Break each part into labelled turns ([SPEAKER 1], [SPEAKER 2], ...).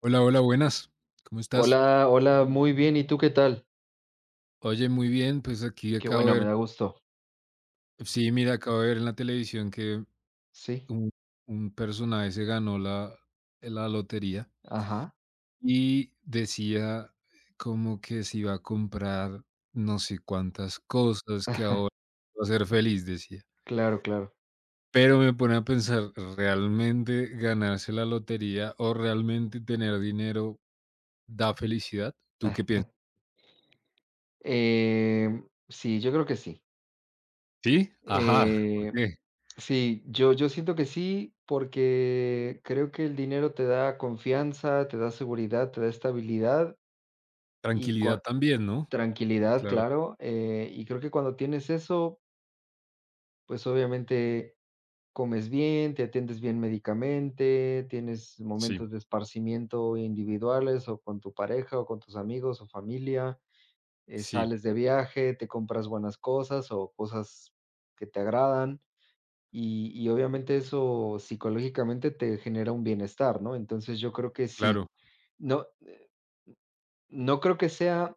[SPEAKER 1] Hola, hola, buenas. ¿Cómo estás?
[SPEAKER 2] Hola, hola, muy bien. ¿Y tú qué tal?
[SPEAKER 1] Oye, muy bien, pues aquí
[SPEAKER 2] Qué
[SPEAKER 1] acabo
[SPEAKER 2] bueno,
[SPEAKER 1] de
[SPEAKER 2] me
[SPEAKER 1] ver,
[SPEAKER 2] da gusto.
[SPEAKER 1] sí, mira, acabo de ver en la televisión que
[SPEAKER 2] Sí,
[SPEAKER 1] un, un personaje se ganó la lotería
[SPEAKER 2] ajá.
[SPEAKER 1] y decía como que se iba a comprar no sé cuántas cosas que ahora va a ser feliz, decía.
[SPEAKER 2] Claro, claro.
[SPEAKER 1] Pero me pone a pensar, ¿realmente ganarse la lotería o realmente tener dinero da felicidad? ¿Tú qué
[SPEAKER 2] Ah,
[SPEAKER 1] piensas?
[SPEAKER 2] sí, yo creo que sí.
[SPEAKER 1] Sí, ajá, ¿por
[SPEAKER 2] Eh,
[SPEAKER 1] qué?
[SPEAKER 2] sí, yo siento que sí, porque creo que el dinero te da confianza, te da seguridad, te da estabilidad y
[SPEAKER 1] Tranquilidad
[SPEAKER 2] cua-
[SPEAKER 1] también, ¿no?
[SPEAKER 2] tranquilidad,
[SPEAKER 1] Claro,
[SPEAKER 2] claro. Y creo que cuando tienes eso, pues obviamente comes bien, te atiendes bien médicamente, tienes
[SPEAKER 1] sí,
[SPEAKER 2] momentos de esparcimiento individuales o con tu pareja o con tus amigos o familia,
[SPEAKER 1] sí,
[SPEAKER 2] sales de viaje, te compras buenas cosas o cosas que te agradan y obviamente eso psicológicamente te genera un bienestar, ¿no? Entonces, yo creo que sí.
[SPEAKER 1] claro,
[SPEAKER 2] No no creo que sea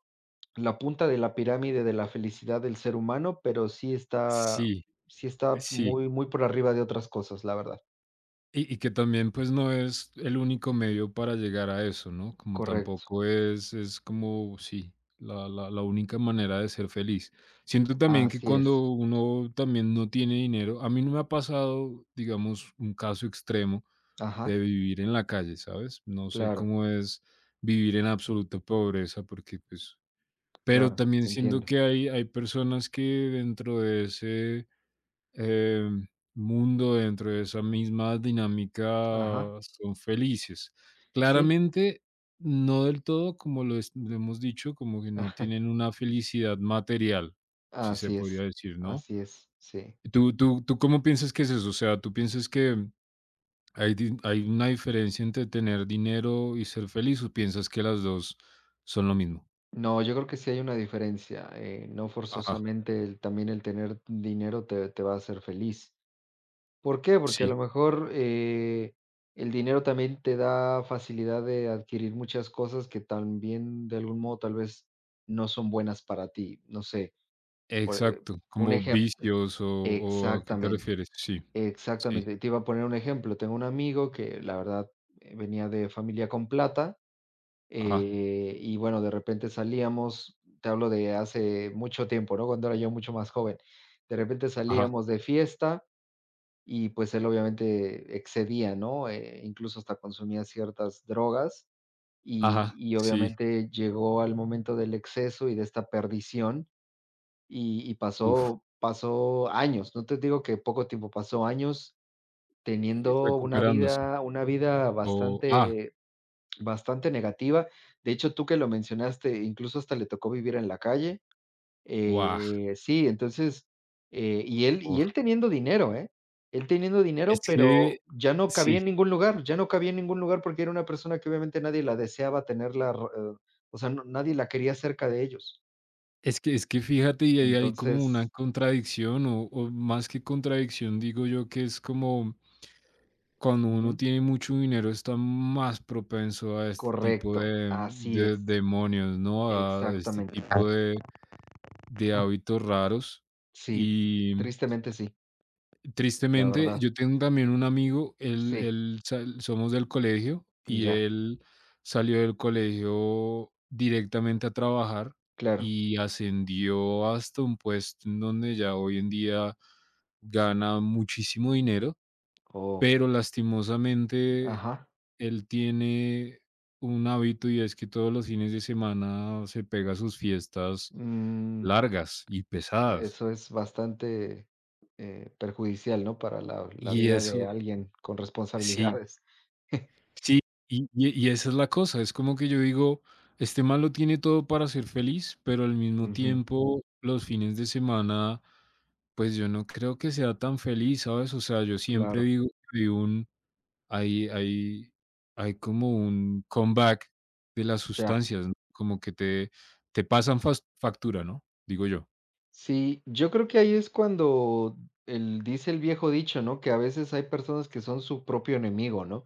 [SPEAKER 2] la punta de la pirámide de la felicidad del ser humano, pero
[SPEAKER 1] sí,
[SPEAKER 2] sí está
[SPEAKER 1] sí.
[SPEAKER 2] muy muy por arriba de otras cosas, la verdad.
[SPEAKER 1] Y que también, pues, no es el único medio para llegar a eso, ¿no? Como
[SPEAKER 2] Correcto.
[SPEAKER 1] tampoco es como, sí, la única manera de ser feliz. Siento también que
[SPEAKER 2] Así es.
[SPEAKER 1] cuando uno también no tiene dinero, a mí no me ha pasado, digamos, un caso extremo de
[SPEAKER 2] Ajá,
[SPEAKER 1] vivir en la calle, ¿sabes? No sé
[SPEAKER 2] claro,
[SPEAKER 1] cómo es vivir en absoluta pobreza porque, pues pero
[SPEAKER 2] claro,
[SPEAKER 1] también
[SPEAKER 2] te
[SPEAKER 1] siento
[SPEAKER 2] entiendo.
[SPEAKER 1] que hay personas que dentro de ese eh, mundo, dentro de esa misma dinámica,
[SPEAKER 2] Ajá,
[SPEAKER 1] son felices.
[SPEAKER 2] sí,
[SPEAKER 1] Claramente, no del todo, como lo hemos dicho, como que no
[SPEAKER 2] ajá,
[SPEAKER 1] tienen una felicidad material, si se
[SPEAKER 2] así es,
[SPEAKER 1] podría decir, ¿no?
[SPEAKER 2] así es, sí.
[SPEAKER 1] ¿Tú cómo piensas que es eso? O sea, ¿tú piensas que hay una diferencia entre tener dinero y ser feliz o piensas que las dos son lo mismo?
[SPEAKER 2] No, yo creo que sí hay una diferencia. No
[SPEAKER 1] Ajá,
[SPEAKER 2] forzosamente también el tener dinero te va a hacer feliz. ¿Por qué? Porque a lo
[SPEAKER 1] sí.
[SPEAKER 2] mejor, el dinero también te da facilidad de adquirir muchas cosas que también de algún modo tal vez no son buenas para ti. No sé, por, eh,
[SPEAKER 1] Exacto,
[SPEAKER 2] un
[SPEAKER 1] como
[SPEAKER 2] ejemplo.
[SPEAKER 1] vicios o ¿a qué te
[SPEAKER 2] Exactamente.
[SPEAKER 1] refieres? Sí, sí,
[SPEAKER 2] Exactamente, te iba a poner un ejemplo. Tengo un amigo que la verdad, venía de familia con plata.
[SPEAKER 1] ajá,
[SPEAKER 2] Y bueno, de repente salíamos, te hablo de hace mucho tiempo, ¿no? Cuando era yo mucho más joven. De repente
[SPEAKER 1] ajá.
[SPEAKER 2] salíamos de fiesta y, pues, él obviamente excedía, ¿no? Incluso hasta consumía ciertas drogas, y
[SPEAKER 1] Ajá,
[SPEAKER 2] y
[SPEAKER 1] sí,
[SPEAKER 2] obviamente llegó al momento del exceso y de esta perdición, y
[SPEAKER 1] uf,
[SPEAKER 2] pasó años. No te digo que poco tiempo, pasó años teniendo una
[SPEAKER 1] recuperándose.
[SPEAKER 2] vida
[SPEAKER 1] O ah,
[SPEAKER 2] bastante bastante negativa. De hecho, tú que lo mencionaste, incluso hasta le tocó vivir en la calle.
[SPEAKER 1] guau,
[SPEAKER 2] Sí, entonces,
[SPEAKER 1] oh,
[SPEAKER 2] y él teniendo dinero, ¿eh? Él teniendo
[SPEAKER 1] es
[SPEAKER 2] dinero,
[SPEAKER 1] que
[SPEAKER 2] pero ya no cabía
[SPEAKER 1] sí,
[SPEAKER 2] en ningún lugar, ya no cabía en ningún lugar porque era una persona que obviamente nadie la deseaba tenerla, r o sea, nadie la quería cerca de ellos.
[SPEAKER 1] es que fíjate, y ahí hay como una
[SPEAKER 2] Entonces
[SPEAKER 1] contradicción, o más que contradicción, digo yo que es como cuando uno
[SPEAKER 2] ujú,
[SPEAKER 1] tiene mucho dinero está más propenso a este tipo
[SPEAKER 2] correcto,
[SPEAKER 1] de
[SPEAKER 2] así es,
[SPEAKER 1] demonios, ¿no? A este
[SPEAKER 2] exactamente.
[SPEAKER 1] tipo de hábitos raros,
[SPEAKER 2] Sí,
[SPEAKER 1] y
[SPEAKER 2] tristemente sí, la
[SPEAKER 1] tristemente,
[SPEAKER 2] verdad.
[SPEAKER 1] yo tengo también un amigo, él
[SPEAKER 2] Sí,
[SPEAKER 1] él sal somos del colegio, y
[SPEAKER 2] ya,
[SPEAKER 1] él salió del colegio directamente a trabajar,
[SPEAKER 2] claro.
[SPEAKER 1] y ascendió hasta un puesto en donde ya hoy en día gana muchísimo dinero,
[SPEAKER 2] Oh,
[SPEAKER 1] pero lastimosamente
[SPEAKER 2] ajá.
[SPEAKER 1] él tiene un hábito, y es que todos los fines de semana se pega sus fiestas
[SPEAKER 2] Mm,
[SPEAKER 1] largas y pesadas.
[SPEAKER 2] eso es bastante perjudicial, ¿no? Para la
[SPEAKER 1] Y
[SPEAKER 2] vida de
[SPEAKER 1] eso
[SPEAKER 2] alguien con
[SPEAKER 1] sí.
[SPEAKER 2] responsabilidades.
[SPEAKER 1] Sí, y esa es la cosa, es como que yo digo, este man lo tiene todo para ser feliz, pero al mismo
[SPEAKER 2] Ujú,
[SPEAKER 1] tiempo los fines de semana, pues yo no creo que sea tan feliz, ¿sabes? O sea, yo siempre
[SPEAKER 2] claro,
[SPEAKER 1] digo que hay un hay hay hay como un comeback de las
[SPEAKER 2] ya.
[SPEAKER 1] sustancias, ¿no? Como que te pasan fas factura, ¿no? Digo yo.
[SPEAKER 2] Sí, yo creo que ahí es cuando dice el viejo dicho, ¿no? Que a veces hay personas que son su propio enemigo, ¿no?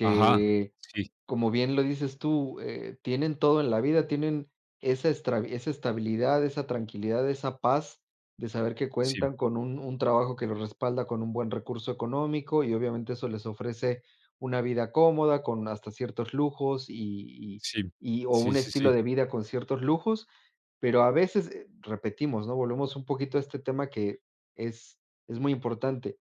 [SPEAKER 1] Ajá, sí,
[SPEAKER 2] como bien lo dices tú, tienen todo en la vida, tienen esa estra esa estabilidad, esa tranquilidad, esa paz de saber que
[SPEAKER 1] sí,
[SPEAKER 2] cuentan con un trabajo que los respalda con un buen recurso económico y obviamente eso les ofrece una vida cómoda con hasta ciertos lujos y
[SPEAKER 1] sí,
[SPEAKER 2] o
[SPEAKER 1] sí,
[SPEAKER 2] un
[SPEAKER 1] sí,
[SPEAKER 2] estilo
[SPEAKER 1] sí,
[SPEAKER 2] de vida con ciertos lujos, pero a veces, repetimos, ¿no? Volvemos un poquito a este tema que es muy importante.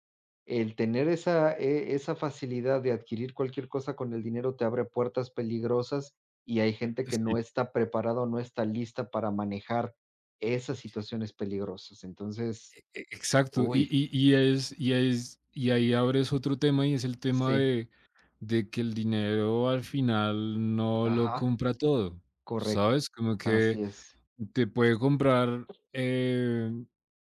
[SPEAKER 2] El tener esa, esa facilidad de adquirir cualquier cosa con el dinero te abre puertas peligrosas, y hay gente que no
[SPEAKER 1] sí.
[SPEAKER 2] está preparada o no está lista para manejar esas situaciones peligrosas. Entonces,
[SPEAKER 1] Exacto,
[SPEAKER 2] uy,
[SPEAKER 1] y ahí abres otro tema y es el tema
[SPEAKER 2] sí,
[SPEAKER 1] de que el dinero al final no lo
[SPEAKER 2] ajá,
[SPEAKER 1] compra todo,
[SPEAKER 2] correcto.
[SPEAKER 1] ¿sabes? Como que
[SPEAKER 2] Así es.
[SPEAKER 1] te puede comprar eh,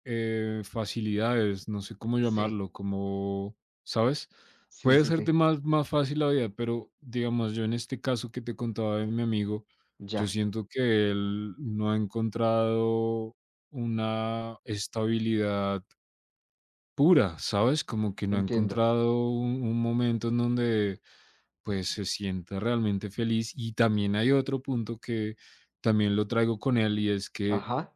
[SPEAKER 1] eh, facilidades, no sé cómo
[SPEAKER 2] Sí,
[SPEAKER 1] llamarlo, como, ¿sabes?
[SPEAKER 2] sí,
[SPEAKER 1] Puede
[SPEAKER 2] sí,
[SPEAKER 1] hacerte
[SPEAKER 2] sí.
[SPEAKER 1] más, más fácil la vida, pero digamos, yo en este caso que te contaba de mi amigo, yo
[SPEAKER 2] Ya,
[SPEAKER 1] siento que él no ha encontrado una estabilidad pura, ¿sabes? Como que no ha
[SPEAKER 2] entiendo.
[SPEAKER 1] encontrado un momento en donde pues se sienta realmente feliz. Y también hay otro punto que también lo traigo con él y es que
[SPEAKER 2] Ajá.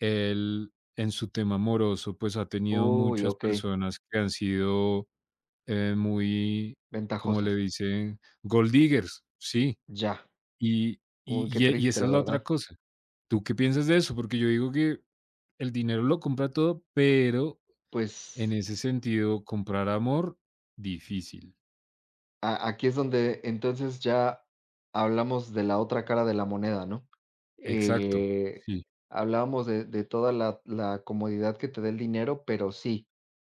[SPEAKER 1] él en su tema amoroso pues ha tenido
[SPEAKER 2] Uy,
[SPEAKER 1] muchas
[SPEAKER 2] okey.
[SPEAKER 1] personas que han sido muy, como le
[SPEAKER 2] Ventajosas.
[SPEAKER 1] dicen, gold diggers, sí.
[SPEAKER 2] Ya. Uy, qué
[SPEAKER 1] Y
[SPEAKER 2] triste,
[SPEAKER 1] esa
[SPEAKER 2] la
[SPEAKER 1] es la otra
[SPEAKER 2] verdad.
[SPEAKER 1] cosa. ¿Tú qué piensas de eso? Porque yo digo que el dinero lo compra todo, pero en
[SPEAKER 2] Pues
[SPEAKER 1] ese sentido, comprar amor, difícil.
[SPEAKER 2] A aquí es donde entonces ya hablamos de la otra cara de la moneda, ¿no?
[SPEAKER 1] Exacto.
[SPEAKER 2] Eh,
[SPEAKER 1] Sí,
[SPEAKER 2] Hablábamos de toda la comodidad que te da el dinero, pero sí,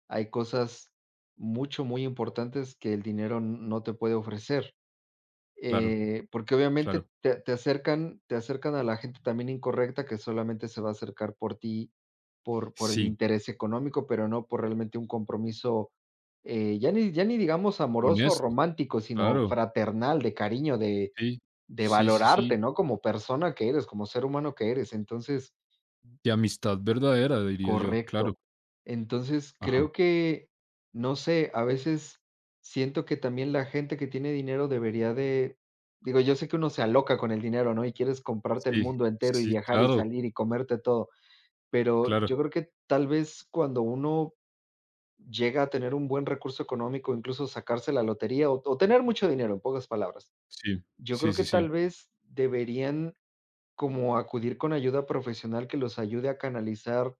[SPEAKER 2] hay cosas mucho, muy importantes que el dinero no te puede ofrecer.
[SPEAKER 1] claro,
[SPEAKER 2] Porque obviamente
[SPEAKER 1] claro.
[SPEAKER 2] te acercan a la gente también incorrecta que solamente se va a acercar por ti, por el
[SPEAKER 1] Sí,
[SPEAKER 2] interés económico, pero no por realmente un compromiso, ya ni digamos amoroso o
[SPEAKER 1] honesto,
[SPEAKER 2] romántico, sino
[SPEAKER 1] claro.
[SPEAKER 2] fraternal, de cariño,
[SPEAKER 1] Sí,
[SPEAKER 2] de
[SPEAKER 1] sí, sí,
[SPEAKER 2] valorarte,
[SPEAKER 1] sí.
[SPEAKER 2] ¿no? Como persona que eres, como ser humano que eres. Entonces
[SPEAKER 1] De amistad verdadera, diría yo, claro.
[SPEAKER 2] correcto. Entonces,
[SPEAKER 1] Ajá.
[SPEAKER 2] creo que, no sé, a veces siento que también la gente que tiene dinero debería de, digo, yo sé que uno se aloca con el dinero, ¿no? Y quieres comprarte el
[SPEAKER 1] Sí,
[SPEAKER 2] mundo entero y
[SPEAKER 1] sí,
[SPEAKER 2] viajar y
[SPEAKER 1] claro,
[SPEAKER 2] salir y comerte todo, pero
[SPEAKER 1] claro.
[SPEAKER 2] yo creo que tal vez cuando uno llega a tener un buen recurso económico, incluso sacarse la lotería o tener mucho dinero, en pocas palabras,
[SPEAKER 1] Sí,
[SPEAKER 2] yo
[SPEAKER 1] sí,
[SPEAKER 2] creo que
[SPEAKER 1] sí,
[SPEAKER 2] tal
[SPEAKER 1] sí.
[SPEAKER 2] vez deberían como acudir con ayuda profesional que los ayude a canalizar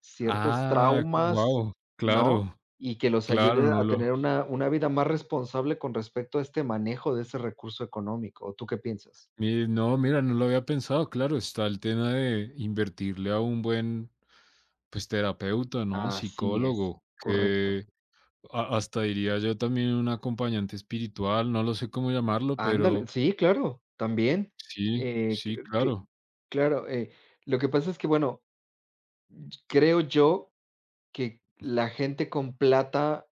[SPEAKER 2] ciertos
[SPEAKER 1] Ah,
[SPEAKER 2] traumas,
[SPEAKER 1] wow,
[SPEAKER 2] ¿no?
[SPEAKER 1] claro,
[SPEAKER 2] Y que los
[SPEAKER 1] claro,
[SPEAKER 2] ayude
[SPEAKER 1] no
[SPEAKER 2] a
[SPEAKER 1] lo,
[SPEAKER 2] tener una vida más responsable con respecto a este manejo de ese recurso económico, ¿o tú qué piensas?
[SPEAKER 1] no, mira, no lo había pensado, claro, está el tema de invertirle a un buen, pues, terapeuta, ¿no?
[SPEAKER 2] Así es,
[SPEAKER 1] Psicólogo,
[SPEAKER 2] correcto.
[SPEAKER 1] que, hasta diría yo también un acompañante espiritual, no lo sé cómo llamarlo,
[SPEAKER 2] Ándale,
[SPEAKER 1] pero
[SPEAKER 2] sí, claro, también.
[SPEAKER 1] sí, sí,
[SPEAKER 2] Cl cl
[SPEAKER 1] claro.
[SPEAKER 2] Claro, lo que pasa es que, bueno, creo yo que la gente con plata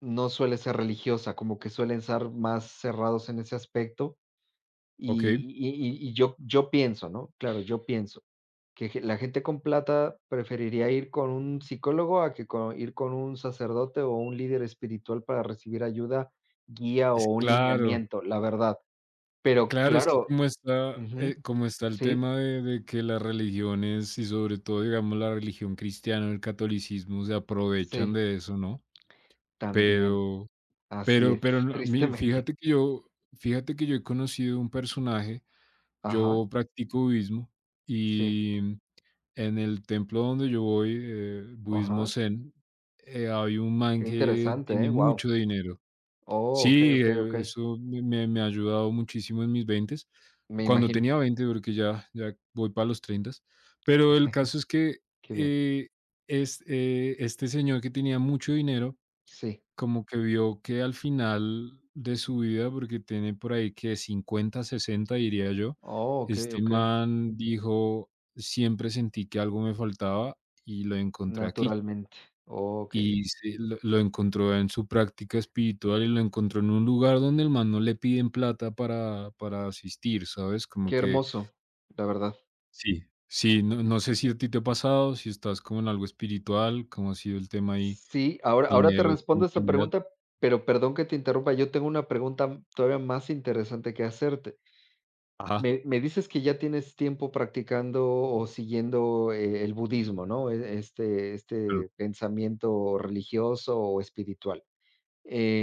[SPEAKER 2] no suele ser religiosa, como que suelen ser más cerrados en ese aspecto.
[SPEAKER 1] Ok,
[SPEAKER 2] Y yo pienso, ¿no? Claro, yo pienso que ge la gente con plata preferiría ir con un psicólogo a que co ir con un sacerdote o un líder espiritual para recibir ayuda, guía o
[SPEAKER 1] es
[SPEAKER 2] un
[SPEAKER 1] claro,
[SPEAKER 2] lineamiento, la verdad. Pero
[SPEAKER 1] claro, es que
[SPEAKER 2] claro ujú.
[SPEAKER 1] como está el
[SPEAKER 2] Sí,
[SPEAKER 1] tema de que las religiones y sobre todo, digamos, la religión cristiana, el catolicismo se aprovechan
[SPEAKER 2] sí,
[SPEAKER 1] de eso, ¿no?
[SPEAKER 2] también,
[SPEAKER 1] Pero,
[SPEAKER 2] así es,
[SPEAKER 1] pero no,
[SPEAKER 2] tristemente.
[SPEAKER 1] fíjate que yo he conocido un personaje,
[SPEAKER 2] Ajá,
[SPEAKER 1] yo practico budismo
[SPEAKER 2] sí,
[SPEAKER 1] y en el templo donde yo voy, budismo
[SPEAKER 2] ajá.
[SPEAKER 1] zen, hay un man
[SPEAKER 2] Qué
[SPEAKER 1] que
[SPEAKER 2] interesante, ¿eh?
[SPEAKER 1] tiene
[SPEAKER 2] Wow.
[SPEAKER 1] mucho dinero.
[SPEAKER 2] Oh, okey,
[SPEAKER 1] Sí,
[SPEAKER 2] okey, okey.
[SPEAKER 1] eso me ha ayudado muchísimo en mis veintes,
[SPEAKER 2] Me
[SPEAKER 1] cuando
[SPEAKER 2] imagino.
[SPEAKER 1] tenía 20, porque ya ya voy para los 30, pero el caso es que,
[SPEAKER 2] Qué bien.
[SPEAKER 1] eh, este señor que tenía mucho dinero
[SPEAKER 2] Sí.
[SPEAKER 1] como que vio que al final de su vida, porque tiene por ahí que 50, 60, diría yo,
[SPEAKER 2] Oh, okey,
[SPEAKER 1] este
[SPEAKER 2] okey.
[SPEAKER 1] man dijo: "Siempre sentí que algo me faltaba y lo encontré aquí".
[SPEAKER 2] Naturalmente. Okey.
[SPEAKER 1] Y se lo encontró en su práctica espiritual y lo encontró en un lugar donde el man no le piden plata para asistir, ¿sabes? Como
[SPEAKER 2] Qué
[SPEAKER 1] que
[SPEAKER 2] hermoso, la verdad.
[SPEAKER 1] sí. Sí, no no sé si a ti te ha pasado, si estás como en algo espiritual, ¿cómo ha sido el tema ahí?
[SPEAKER 2] Sí, ahora te
[SPEAKER 1] Dinero,
[SPEAKER 2] respondo esta
[SPEAKER 1] espiritualidad.
[SPEAKER 2] pregunta, pero perdón que te interrumpa, yo tengo una pregunta todavía más interesante que hacerte.
[SPEAKER 1] Ajá,
[SPEAKER 2] Me me dices que ya tienes tiempo practicando o siguiendo, el budismo, ¿no? E
[SPEAKER 1] claro.
[SPEAKER 2] este pensamiento religioso o espiritual.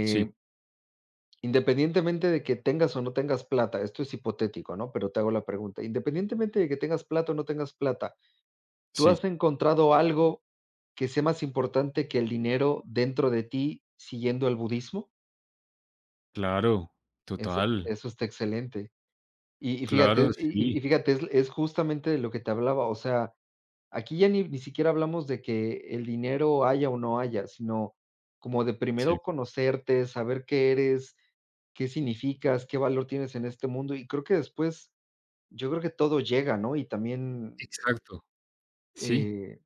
[SPEAKER 1] Sí,
[SPEAKER 2] Independientemente de que tengas o no tengas plata, esto es hipotético, ¿no? Pero te hago la pregunta, independientemente de que tengas plata o no tengas plata, ¿tú has
[SPEAKER 1] sí.
[SPEAKER 2] encontrado algo que sea más importante que el dinero dentro de ti siguiendo el budismo?
[SPEAKER 1] Claro,
[SPEAKER 2] Eso
[SPEAKER 1] total,
[SPEAKER 2] eso está excelente.
[SPEAKER 1] claro,
[SPEAKER 2] Fíjate,
[SPEAKER 1] sí,
[SPEAKER 2] es justamente de lo que te hablaba, o sea, aquí ya ni siquiera hablamos de que el dinero haya o no haya, sino como de
[SPEAKER 1] sí,
[SPEAKER 2] primero conocerte, saber qué eres, qué significas, qué valor tienes en este mundo, y creo que después, yo creo que todo llega, ¿no? Y también,
[SPEAKER 1] exacto, sí,
[SPEAKER 2] eh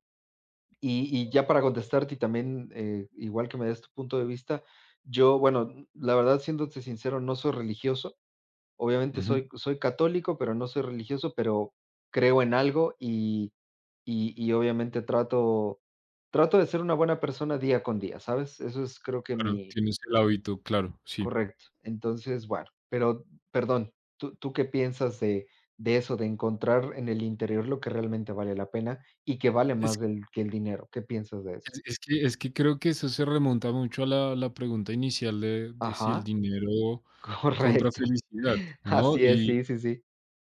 [SPEAKER 2] y ya para contestarte y también, igual que me des tu punto de vista, yo, bueno, la verdad, siéndote sincero, no soy religioso. Obviamente
[SPEAKER 1] ujú,
[SPEAKER 2] soy católico, pero no soy religioso, pero creo en algo obviamente trato de ser una buena persona día con día, ¿sabes? Eso es creo que
[SPEAKER 1] claro,
[SPEAKER 2] mi
[SPEAKER 1] tienes el hábito, claro, sí.
[SPEAKER 2] correcto. Entonces, bueno, pero perdón, tú qué piensas de eso, de encontrar en el interior lo que realmente vale la pena y que vale más
[SPEAKER 1] Es
[SPEAKER 2] del que el dinero? ¿Qué piensas de eso?
[SPEAKER 1] es que creo que eso se remonta mucho a la la pregunta inicial de si
[SPEAKER 2] Ajá,
[SPEAKER 1] el dinero compra
[SPEAKER 2] correcto.
[SPEAKER 1] felicidad, ¿no?
[SPEAKER 2] Así es, sí, sí, sí.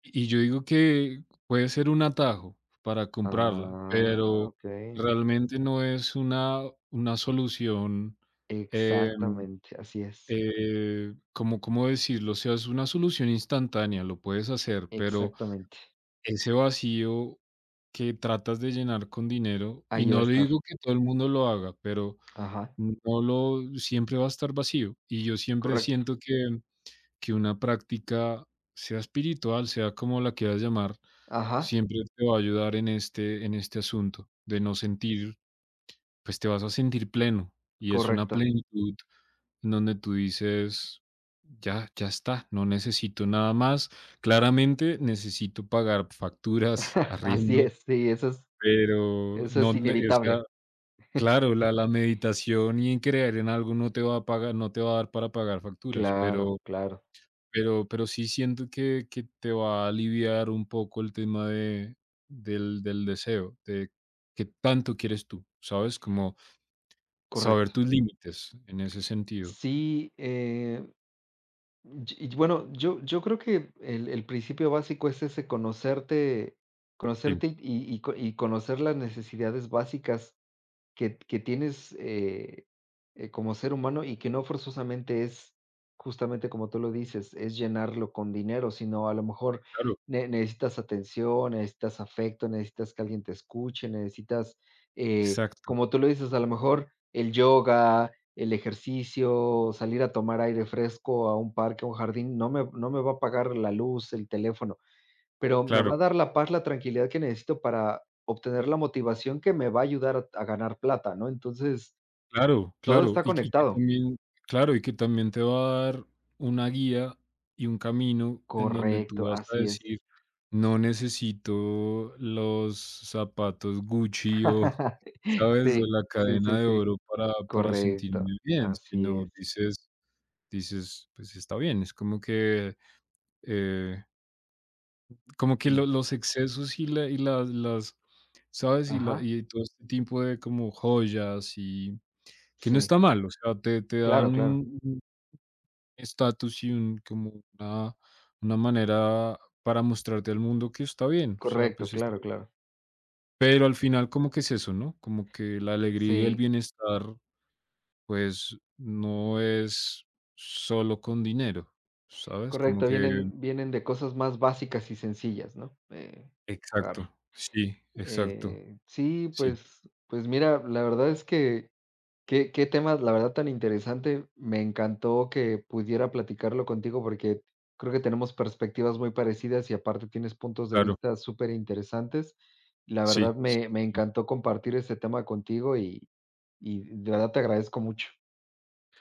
[SPEAKER 1] Y yo digo que puede ser un atajo para comprarla,
[SPEAKER 2] Ah,
[SPEAKER 1] pero
[SPEAKER 2] okey.
[SPEAKER 1] realmente no es una solución, eh
[SPEAKER 2] Exactamente, así es.
[SPEAKER 1] Como, ¿cómo decirlo? O sea, es una solución instantánea, lo puedes hacer, pero
[SPEAKER 2] Exactamente.
[SPEAKER 1] ese vacío que tratas de llenar con dinero, y
[SPEAKER 2] Ahí va a
[SPEAKER 1] no le
[SPEAKER 2] estar.
[SPEAKER 1] digo que todo el mundo lo haga, pero
[SPEAKER 2] Ajá,
[SPEAKER 1] no lo, siempre va a estar vacío. Y yo siempre
[SPEAKER 2] correcto.
[SPEAKER 1] siento que una práctica, sea espiritual, sea como la quieras llamar,
[SPEAKER 2] Ajá,
[SPEAKER 1] siempre te va a ayudar en este asunto de no sentir, pues te vas a sentir pleno y es una
[SPEAKER 2] correcto.
[SPEAKER 1] plenitud en donde tú dices, ya, ya está, no necesito nada más. Claramente necesito pagar facturas,
[SPEAKER 2] Así
[SPEAKER 1] arriendo,
[SPEAKER 2] es, sí, eso es
[SPEAKER 1] pero no, o sea,
[SPEAKER 2] inevitable.
[SPEAKER 1] claro, la meditación y en creer en algo no te va a pagar, no te va a dar para pagar facturas,
[SPEAKER 2] Claro, claro,
[SPEAKER 1] pero sí siento que te va a aliviar un poco el tema de, del, del deseo, de qué tanto quieres tú, ¿sabes? Como saber
[SPEAKER 2] correcto.
[SPEAKER 1] tus límites en ese sentido.
[SPEAKER 2] Sí, y bueno, yo creo que el principio básico es ese: conocerte
[SPEAKER 1] Sí,
[SPEAKER 2] y conocer las necesidades básicas que tienes, como ser humano, y que no forzosamente es, justamente como tú lo dices, es llenarlo con dinero, sino a lo mejor
[SPEAKER 1] claro,
[SPEAKER 2] ne necesitas atención, necesitas afecto, necesitas que alguien te escuche, necesitas,
[SPEAKER 1] exacto.
[SPEAKER 2] como tú lo dices, a lo mejor el yoga, el ejercicio, salir a tomar aire fresco a un parque, a un jardín, no me va a pagar la luz, el teléfono. Pero me va a
[SPEAKER 1] Claro,
[SPEAKER 2] dar la paz, la tranquilidad que necesito para obtener la motivación que me va a ayudar a ganar plata, ¿no? Entonces,
[SPEAKER 1] Claro,
[SPEAKER 2] todo
[SPEAKER 1] claro,
[SPEAKER 2] está
[SPEAKER 1] y que
[SPEAKER 2] conectado.
[SPEAKER 1] también claro, y que también te va a dar una guía y un camino en donde
[SPEAKER 2] Correcto,
[SPEAKER 1] tú vas a
[SPEAKER 2] así es.
[SPEAKER 1] decir: "No necesito los zapatos Gucci o, ¿sabes?, o
[SPEAKER 2] Sí,
[SPEAKER 1] la
[SPEAKER 2] sí, sí,
[SPEAKER 1] cadena de
[SPEAKER 2] sí,
[SPEAKER 1] oro para sentirme
[SPEAKER 2] correcto,
[SPEAKER 1] bien",
[SPEAKER 2] así
[SPEAKER 1] sino
[SPEAKER 2] es.
[SPEAKER 1] dices dices: "Pues sí está bien", es eh, como que
[SPEAKER 2] Mm,
[SPEAKER 1] lo los excesos y la y las ¿sabes?, y la
[SPEAKER 2] ajá,
[SPEAKER 1] y todo este tipo de como joyas y que no
[SPEAKER 2] sí,
[SPEAKER 1] está mal, o sea, te te dan
[SPEAKER 2] claro, claro,
[SPEAKER 1] un estatus y un como una manera para mostrarte al mundo que está bien, o sea,
[SPEAKER 2] correcto,
[SPEAKER 1] pues está
[SPEAKER 2] claro,
[SPEAKER 1] bien.
[SPEAKER 2] claro.
[SPEAKER 1] Pero al final como que es eso, ¿no? Como que la alegría y el
[SPEAKER 2] Sí,
[SPEAKER 1] bienestar, pues, no es solo con dinero, ¿sabes? Como
[SPEAKER 2] correcto,
[SPEAKER 1] que
[SPEAKER 2] vienen de cosas más básicas y sencillas, ¿no? Claro.
[SPEAKER 1] exacto, sí, exacto,
[SPEAKER 2] Sí,
[SPEAKER 1] sí,
[SPEAKER 2] pues mira, la verdad es que qué qué temas, la verdad, tan interesante. Me encantó que pudiera platicarlo contigo porque creo que tenemos perspectivas muy parecidas y aparte tienes puntos de
[SPEAKER 1] claro,
[SPEAKER 2] vista súper interesantes. La
[SPEAKER 1] sí,
[SPEAKER 2] verdad
[SPEAKER 1] sí,
[SPEAKER 2] me
[SPEAKER 1] sí.
[SPEAKER 2] encantó compartir este tema contigo y de verdad te agradezco mucho.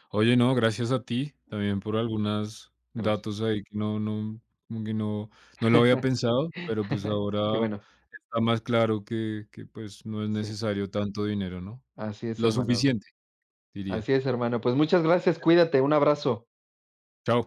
[SPEAKER 1] Oye, no, gracias a ti también por algunos datos
[SPEAKER 2] Gracias.
[SPEAKER 1] ahí que no no, como que no no lo había pensado, pero, pues,
[SPEAKER 2] Qué
[SPEAKER 1] ahora
[SPEAKER 2] bueno.
[SPEAKER 1] está más claro que, pues, no es
[SPEAKER 2] Sí,
[SPEAKER 1] necesario tanto dinero, ¿no?
[SPEAKER 2] así es,
[SPEAKER 1] Lo
[SPEAKER 2] hermano.
[SPEAKER 1] suficiente, diría.
[SPEAKER 2] Así es, hermano. Pues muchas gracias,
[SPEAKER 1] Eso.
[SPEAKER 2] cuídate, un abrazo.
[SPEAKER 1] Chao.